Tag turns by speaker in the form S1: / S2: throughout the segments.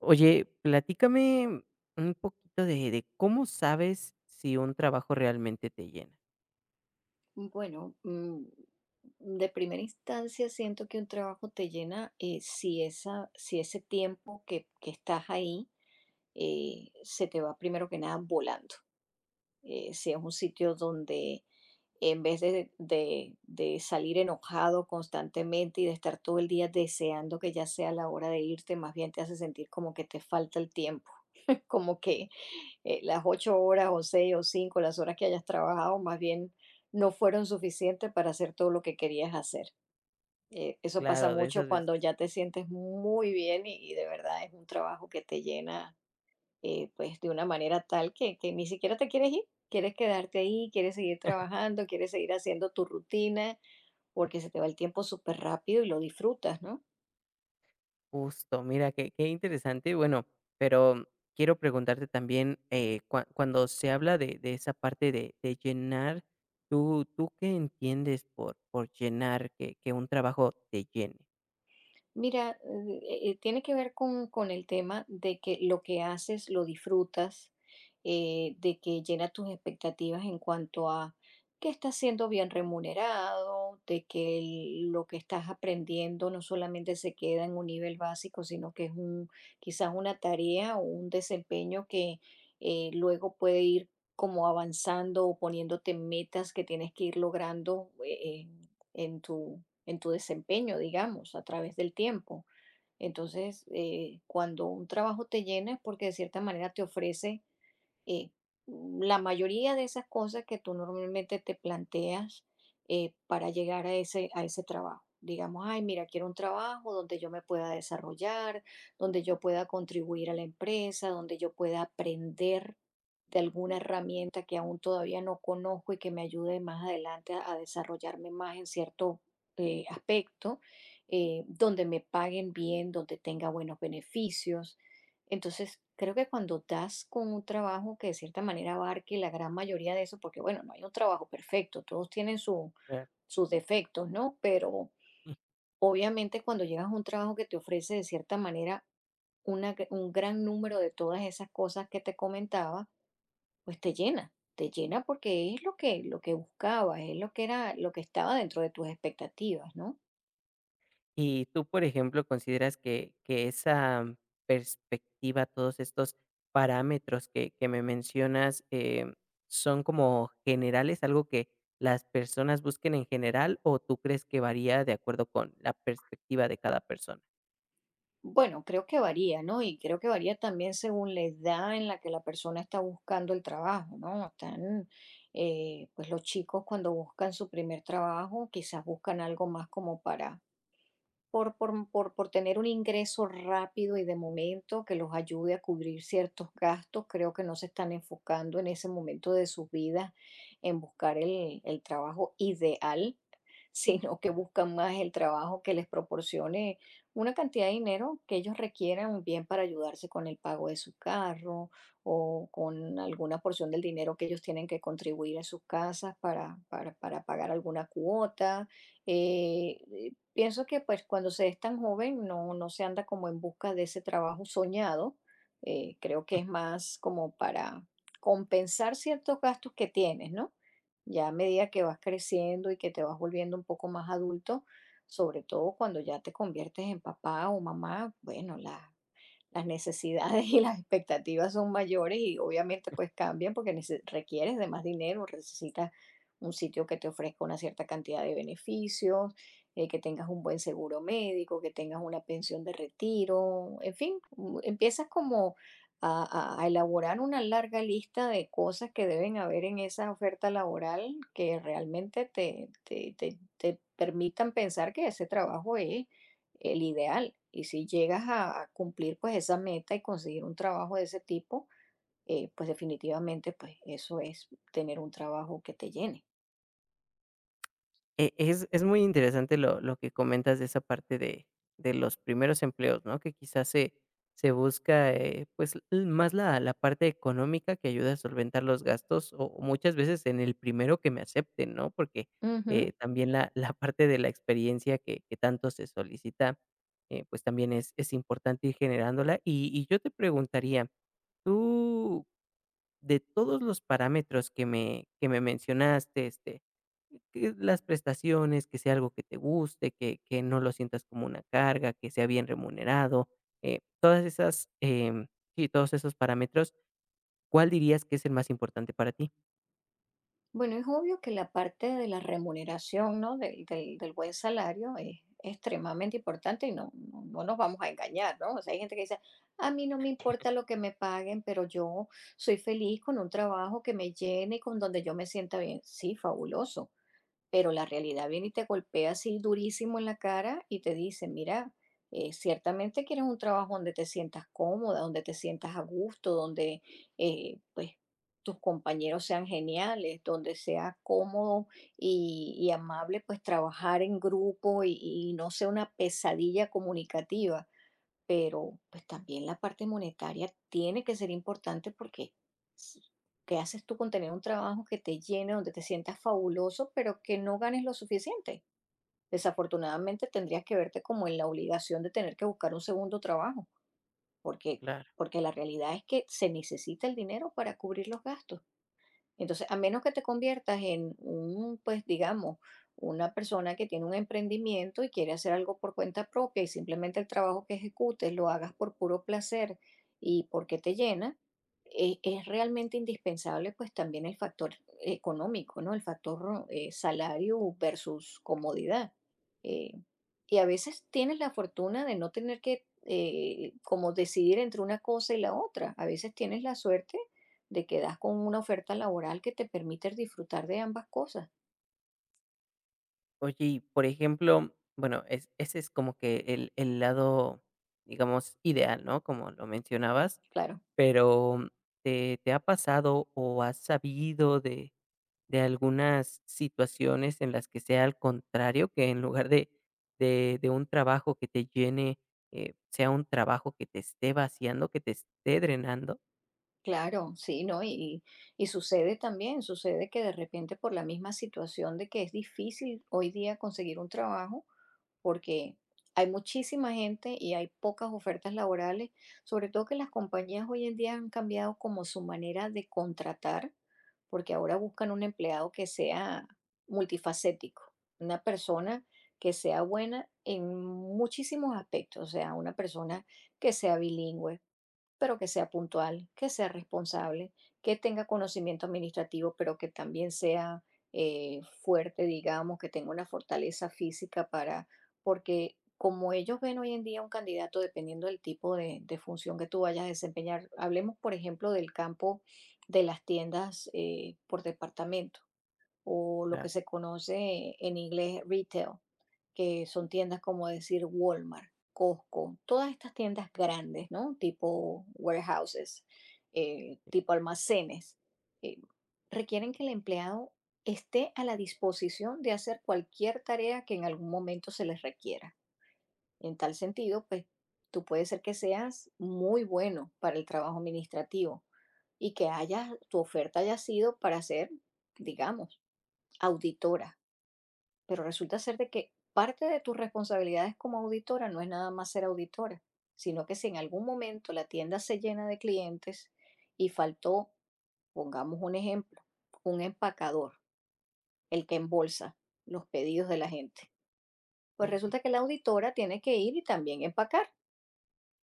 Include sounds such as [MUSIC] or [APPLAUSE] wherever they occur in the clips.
S1: Oye, platícame un poquito de cómo sabes si un trabajo realmente te llena.
S2: Bueno, de primera instancia siento que un trabajo te llena si ese tiempo que estás ahí se te va primero que nada volando. Si es un sitio donde en vez de salir enojado constantemente y de estar todo el día deseando que ya sea la hora de irte, más bien te hace sentir como que te falta el tiempo, [LAUGHS] como que las 8 horas o 6 o 5 las horas que hayas trabajado, más bien no fueron suficientes para hacer todo lo que querías hacer. Eso pasa
S1: Claro, de
S2: mucho
S1: esas veces.
S2: cuando ya te sientes muy bien y de verdad es un trabajo que te llena pues de una manera tal que ni siquiera te quieres ir. Quieres quedarte ahí, quieres seguir trabajando, quieres seguir haciendo tu rutina, porque se te va el tiempo súper rápido y lo disfrutas, ¿no?
S1: Justo, mira, qué interesante. Bueno, pero quiero preguntarte también, cuando se habla de esa parte de llenar, ¿tú qué entiendes por llenar, que un trabajo te llene?
S2: Mira, tiene que ver con el tema de que lo que haces lo disfrutas, de que llena tus expectativas en cuanto a que estás siendo bien remunerado, de que lo que estás aprendiendo no solamente se queda en un nivel básico, sino que es quizás una tarea o un desempeño que luego puede ir como avanzando o poniéndote metas que tienes que ir logrando en tu en tu desempeño, digamos, a través del tiempo. Entonces, cuando un trabajo te llena es porque de cierta manera te ofrece eh, la mayoría de esas cosas que tú normalmente te planteas para llegar a ese, trabajo. Digamos, ay, mira, quiero un trabajo donde yo me pueda desarrollar, donde yo pueda contribuir a la empresa, donde yo pueda aprender de alguna herramienta que aún todavía no conozco y que me ayude más adelante a desarrollarme más en cierto aspecto, donde me paguen bien, donde tenga buenos beneficios. Entonces, creo que cuando das con un trabajo que de cierta manera abarque la gran mayoría de eso, porque bueno, no hay un trabajo perfecto, todos tienen
S1: Claro.
S2: sus defectos, ¿no? Pero obviamente cuando llegas a un trabajo que te ofrece de cierta manera un gran número de todas esas cosas que te comentaba, pues te llena porque es lo que buscabas, es lo que era, lo que estaba dentro de tus expectativas, ¿no?
S1: Y tú, por ejemplo, ¿consideras que esa perspectiva, todos estos parámetros que me mencionas, son como generales, algo que las personas busquen en general, o tú crees que varía de acuerdo con la perspectiva de cada persona?
S2: Bueno, creo que varía, ¿no? Y creo que varía también según la edad en la que la persona está buscando el trabajo, ¿no? Están, pues los chicos cuando buscan su primer trabajo, quizás buscan algo más como para por tener un ingreso rápido y de momento que los ayude a cubrir ciertos gastos. Creo que no se están enfocando en ese momento de sus vidas en buscar el trabajo ideal, [LAUGHS] sino que buscan más el trabajo que les proporcione una cantidad de dinero que ellos requieran bien para ayudarse con el pago de su carro o con alguna porción del dinero que ellos tienen que contribuir a sus casas para, para pagar alguna cuota. eh, Pienso que pues cuando se es tan joven no, no se anda como en busca de ese trabajo soñado. Creo que es más como para compensar ciertos gastos que tienes, ¿no? Ya a medida que vas creciendo y que te vas volviendo un poco más adulto, sobre todo cuando ya te conviertes en papá o mamá, bueno, las necesidades y las expectativas son mayores y obviamente pues cambian porque requieres de más dinero, necesitas un sitio que te ofrezca una cierta cantidad de beneficios, que tengas un buen seguro médico, que tengas una pensión de retiro, en fin, empiezas como a elaborar una larga lista de cosas que deben haber en esa oferta laboral que realmente te, te permitan pensar que ese trabajo es el ideal. Y si llegas a cumplir pues esa meta y conseguir un trabajo de ese tipo, pues definitivamente pues eso es tener un trabajo que te llene.
S1: Es muy interesante lo que comentas de esa parte de los primeros empleos, ¿no? Que quizás se busca, pues, l más la parte económica que ayuda a solventar los gastos, o muchas veces en el primero que me acepten, ¿no? Porque,
S2: Ujú.
S1: también la parte de la experiencia que tanto se solicita, pues, también es importante ir generándola. Y yo te preguntaría, ¿tú de todos los parámetros que me mencionaste, este, que las prestaciones, que sea algo que te guste, que no lo sientas como una carga, que sea bien remunerado, todas esas, sí, todos esos parámetros, ¿cuál dirías que es el más importante para ti?
S2: Bueno, es obvio que la parte de la remuneración, ¿no? Del buen salario es extremadamente importante y no, no, no nos vamos a engañar, ¿no? O sea, hay gente que dice, a mí no me importa lo que me paguen, pero yo soy feliz con un trabajo que me llene y con donde yo me sienta bien. Sí, fabuloso. Pero la realidad viene y te golpea así durísimo en la cara y te dice, mira, ciertamente quieres un trabajo donde te sientas cómoda, donde te sientas a gusto, donde pues tus compañeros sean geniales, donde sea cómodo y amable pues trabajar en grupo y no sea una pesadilla comunicativa. Pero, pues, también la parte monetaria tiene que ser importante porque s ¿qué haces tú con tener un trabajo que te llene, donde te sientas fabuloso, pero que no ganes lo suficiente? Desafortunadamente, tendrías que verte como en la obligación de tener que buscar un segundo trabajo, porque
S1: Claro.
S2: porque la realidad es que se necesita el dinero para cubrir los gastos. Entonces, a menos que te conviertas en pues digamos, una persona que tiene un emprendimiento y quiere hacer algo por cuenta propia y simplemente el trabajo que ejecutes lo hagas por puro placer y porque te llena, es realmente indispensable pues también el factor económico, ¿no? El factor salario versus comodidad. Eh, y a veces tienes la fortuna de no tener que como decidir entre una cosa y la otra. A veces tienes la suerte de que das con una oferta laboral que te permite disfrutar de ambas cosas.
S1: Oye, y por ejemplo, bueno, es ese es como que el lado, digamos, ideal, ¿no? Como lo mencionabas,
S2: Claro,
S1: pero, ¿te ha pasado o has sabido de algunas situaciones en las que sea al contrario, que en lugar de un trabajo que te llene, sea un trabajo que te esté vaciando, que te esté drenando.
S2: claro, sí, ¿no? Y sucede también, sucede que de repente por la misma situación de que es difícil hoy día conseguir un trabajo, porque hay muchísima gente y hay pocas ofertas laborales, sobre todo que las compañías hoy en día han cambiado como su manera de contratar, porque ahora buscan un empleado que sea multifacético, una persona que sea buena en muchísimos aspectos, o sea, una persona que sea bilingüe, pero que sea puntual, que sea responsable, que tenga conocimiento administrativo, pero que también sea fuerte, digamos, que tenga una fortaleza física para, porque como ellos ven hoy en día un candidato, dependiendo del tipo de función que tú vayas a desempeñar, hablemos, por ejemplo, del campo de las tiendas por departamento o lo
S1: Claro,
S2: que se conoce en inglés retail, que son tiendas como decir Walmart, Costco, todas estas tiendas grandes, ¿no? Tipo warehouses,
S1: sí.
S2: tipo almacenes, eh, requieren que el empleado esté a la disposición de hacer cualquier tarea que en algún momento se les requiera. En tal sentido, pues tú puedes ser que seas muy bueno para el trabajo administrativo y que haya, tu oferta haya sido para ser, digamos, auditora, pero resulta ser de que parte de tus responsabilidades como auditora no es nada más ser auditora, sino que si en algún momento la tienda se llena de clientes y faltó, pongamos un ejemplo, un empacador, el que embolsa los pedidos de la gente, pues
S1: Sí, sí.
S2: resulta que la auditora tiene que ir y también empacar.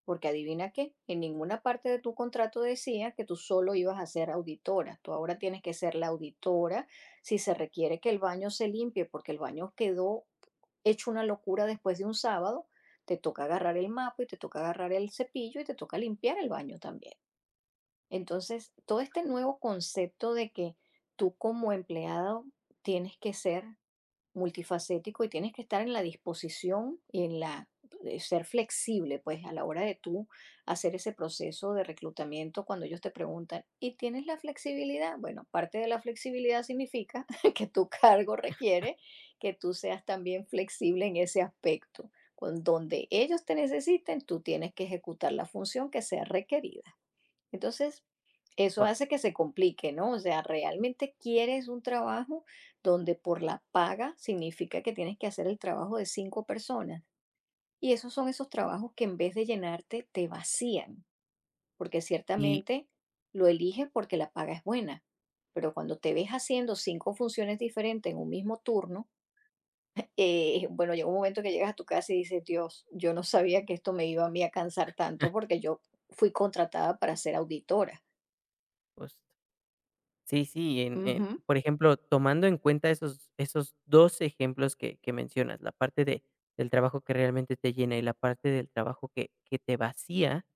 S2: Porque adivina qué, en ninguna parte de tu contrato decía que tú solo ibas a ser auditora. Tú ahora tienes que ser la auditora si se requiere que el baño se limpie, porque el baño quedó hecho una locura después de un sábado. Te toca agarrar el mapa y te toca agarrar el cepillo y te toca limpiar el baño también. Entonces, todo este nuevo concepto de que tú como empleado tienes que ser multifacético y tienes que estar en la disposición y en la de ser flexible, pues a la hora de tú hacer ese proceso de reclutamiento cuando ellos te preguntan, ¿y tienes la flexibilidad? Bueno, parte de la flexibilidad significa [LAUGHS] que tu cargo requiere que tú seas también flexible en ese aspecto. Con donde ellos te necesiten, tú tienes que ejecutar la función que sea requerida. Entonces, eso
S1: Guau.
S2: hace que se complique, ¿no? O sea, realmente quieres un trabajo donde por la paga significa que tienes que hacer el trabajo de cinco personas. Y esos son esos trabajos que en vez de llenarte te vacían, porque
S1: Y,
S2: ciertamente lo eliges porque la paga es buena. Pero cuando te ves haciendo cinco funciones diferentes en un mismo turno, bueno, llega un momento que llegas a tu casa y dices, Dios, yo no sabía que esto me iba a mí a cansar tanto porque yo fui contratada para ser auditora.
S1: pues, sí, sí,
S2: Ujú.
S1: por ejemplo, tomando en cuenta esos 2 ejemplos que mencionas, la parte de del trabajo que realmente te llena y la parte del trabajo que te vacía.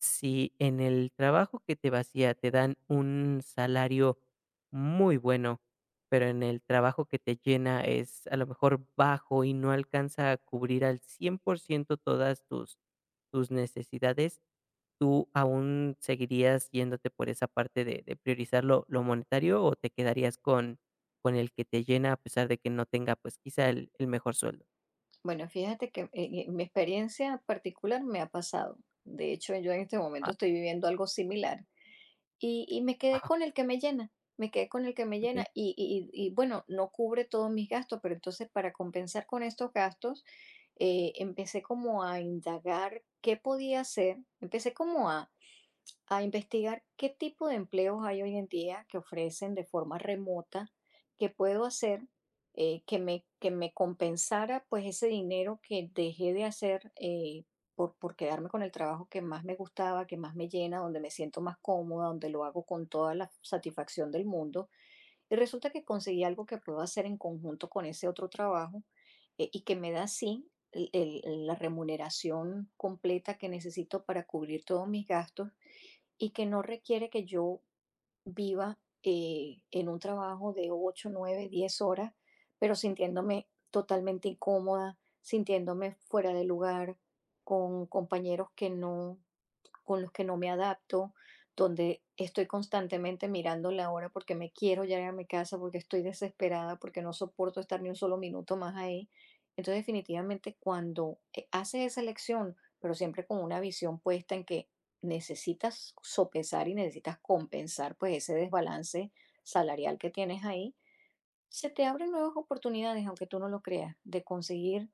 S1: Si en el trabajo que te vacía te dan un salario muy bueno, pero en el trabajo que te llena es a lo mejor bajo y no alcanza a cubrir al 100% todas tus, tus necesidades, ¿tú aún seguirías yéndote por esa parte de priorizar lo monetario o te quedarías con el que te llena a pesar de que no tenga pues quizá el mejor sueldo?
S2: Bueno, fíjate que mi experiencia particular me ha pasado. De hecho, yo en este
S1: Ah,
S2: momento estoy viviendo algo similar y me quedé
S1: [LAUGHS] wow,
S2: con el que me llena, me quedé con el que me llena
S1: ok.
S2: y, bueno, no cubre todos mis gastos, pero entonces para compensar con estos gastos, empecé como a indagar qué podía hacer, empecé como a investigar qué tipo de empleos hay hoy en día que ofrecen de forma remota, que puedo hacer que me, compensara pues ese dinero que dejé de hacer por quedarme con el trabajo que más me gustaba, que más me llena, donde me siento más cómoda, donde lo hago con toda la satisfacción del mundo. Y resulta que conseguí algo que puedo hacer en conjunto con ese otro trabajo y que me da sí la remuneración completa que necesito para cubrir todos mis gastos y que no requiere que yo viva en un trabajo de 8, 9, 10 horas, pero sintiéndome totalmente incómoda, sintiéndome fuera de lugar, con compañeros que no, con los que no me adapto, donde estoy constantemente mirando la hora porque me quiero llegar a mi casa, porque estoy desesperada, porque no soporto estar ni un solo minuto más ahí. Entonces, definitivamente, cuando haces esa elección, pero siempre con una visión puesta en que necesitas sopesar y necesitas compensar pues ese desbalance salarial que tienes ahí, se te abren nuevas oportunidades, aunque tú no lo creas, de conseguir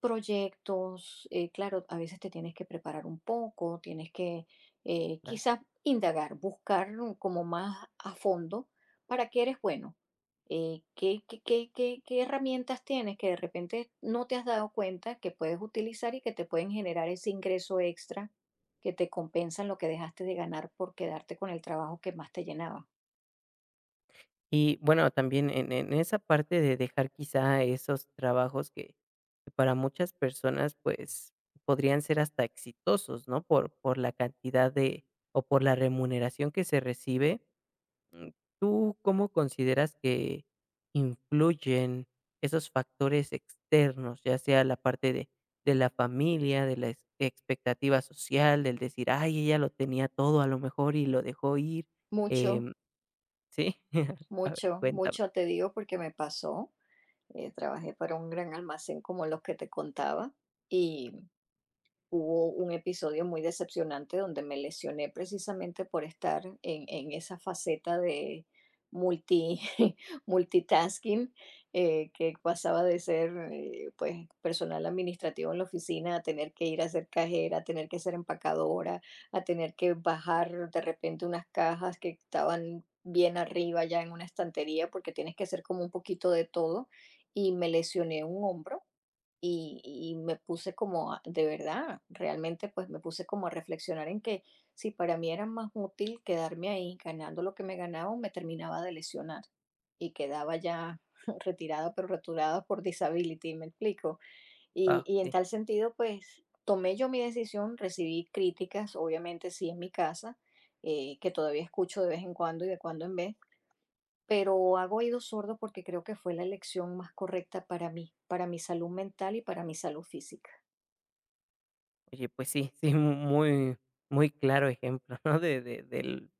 S2: proyectos, claro, a veces te tienes que preparar un poco, tienes que
S1: Claro.
S2: quizás indagar, buscar como más a fondo para qué eres bueno, qué, qué, qué, qué herramientas tienes que de repente no te has dado cuenta que puedes utilizar y que te pueden generar ese ingreso extra que te compensan lo que dejaste de ganar por quedarte con el trabajo que más te llenaba.
S1: Y bueno, también en esa parte de dejar quizá esos trabajos que para muchas personas, pues, podrían ser hasta exitosos, ¿no? Por la cantidad de o por la remuneración que se recibe, ¿tú cómo consideras que influyen esos factores externos? Ya sea la parte de la familia, de la ex expectativa social, del decir: "Ay, ella lo tenía todo, a lo mejor, y lo dejó ir".
S2: Mucho,
S1: Em, sí, [LAUGHS] a ver,
S2: mucho,
S1: cuéntame.
S2: mucho te digo porque me pasó. Trabajé para un gran almacén como los que te contaba y hubo un episodio muy decepcionante donde me lesioné precisamente por estar en esa faceta de multi, [LAUGHS] multitasking, que pasaba de ser pues, personal administrativo en la oficina a tener que ir a ser cajera, a tener que ser empacadora, a tener que bajar de repente unas cajas que estaban bien arriba ya en una estantería porque tienes que hacer como un poquito de todo y me lesioné un hombro y me puse como, de verdad, realmente pues me puse como a reflexionar en que si para mí era más útil quedarme ahí ganando lo que me ganaba o me terminaba de lesionar y quedaba ya [LAUGHS] retirada, pero retirada por disability, me explico.
S1: Ah,
S2: Y en
S1: sí.
S2: tal sentido pues tomé yo mi decisión, recibí críticas, obviamente sí en mi casa, que todavía escucho de vez en cuando y de cuando en vez, pero hago oído sordo porque creo que fue la elección más correcta para mí, para mi salud mental y para mi salud física.
S1: Oye, pues sí, sí, muy, muy claro ejemplo, ¿no? De del,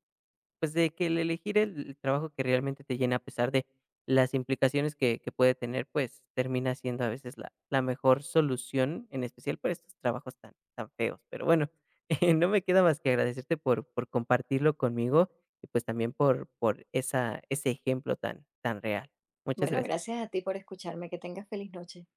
S1: pues, de que el elegir el trabajo que realmente te llena, a pesar de las implicaciones que puede tener, pues, termina siendo a veces la mejor solución, en especial para estos trabajos tan feos. Pero bueno, [LAUGHS] no me queda más que agradecerte por compartirlo conmigo y, pues, también por esa ese ejemplo tan real. Muchas
S2: Bueno,
S1: gracias.
S2: gracias a ti por escucharme. Que tengas feliz noche.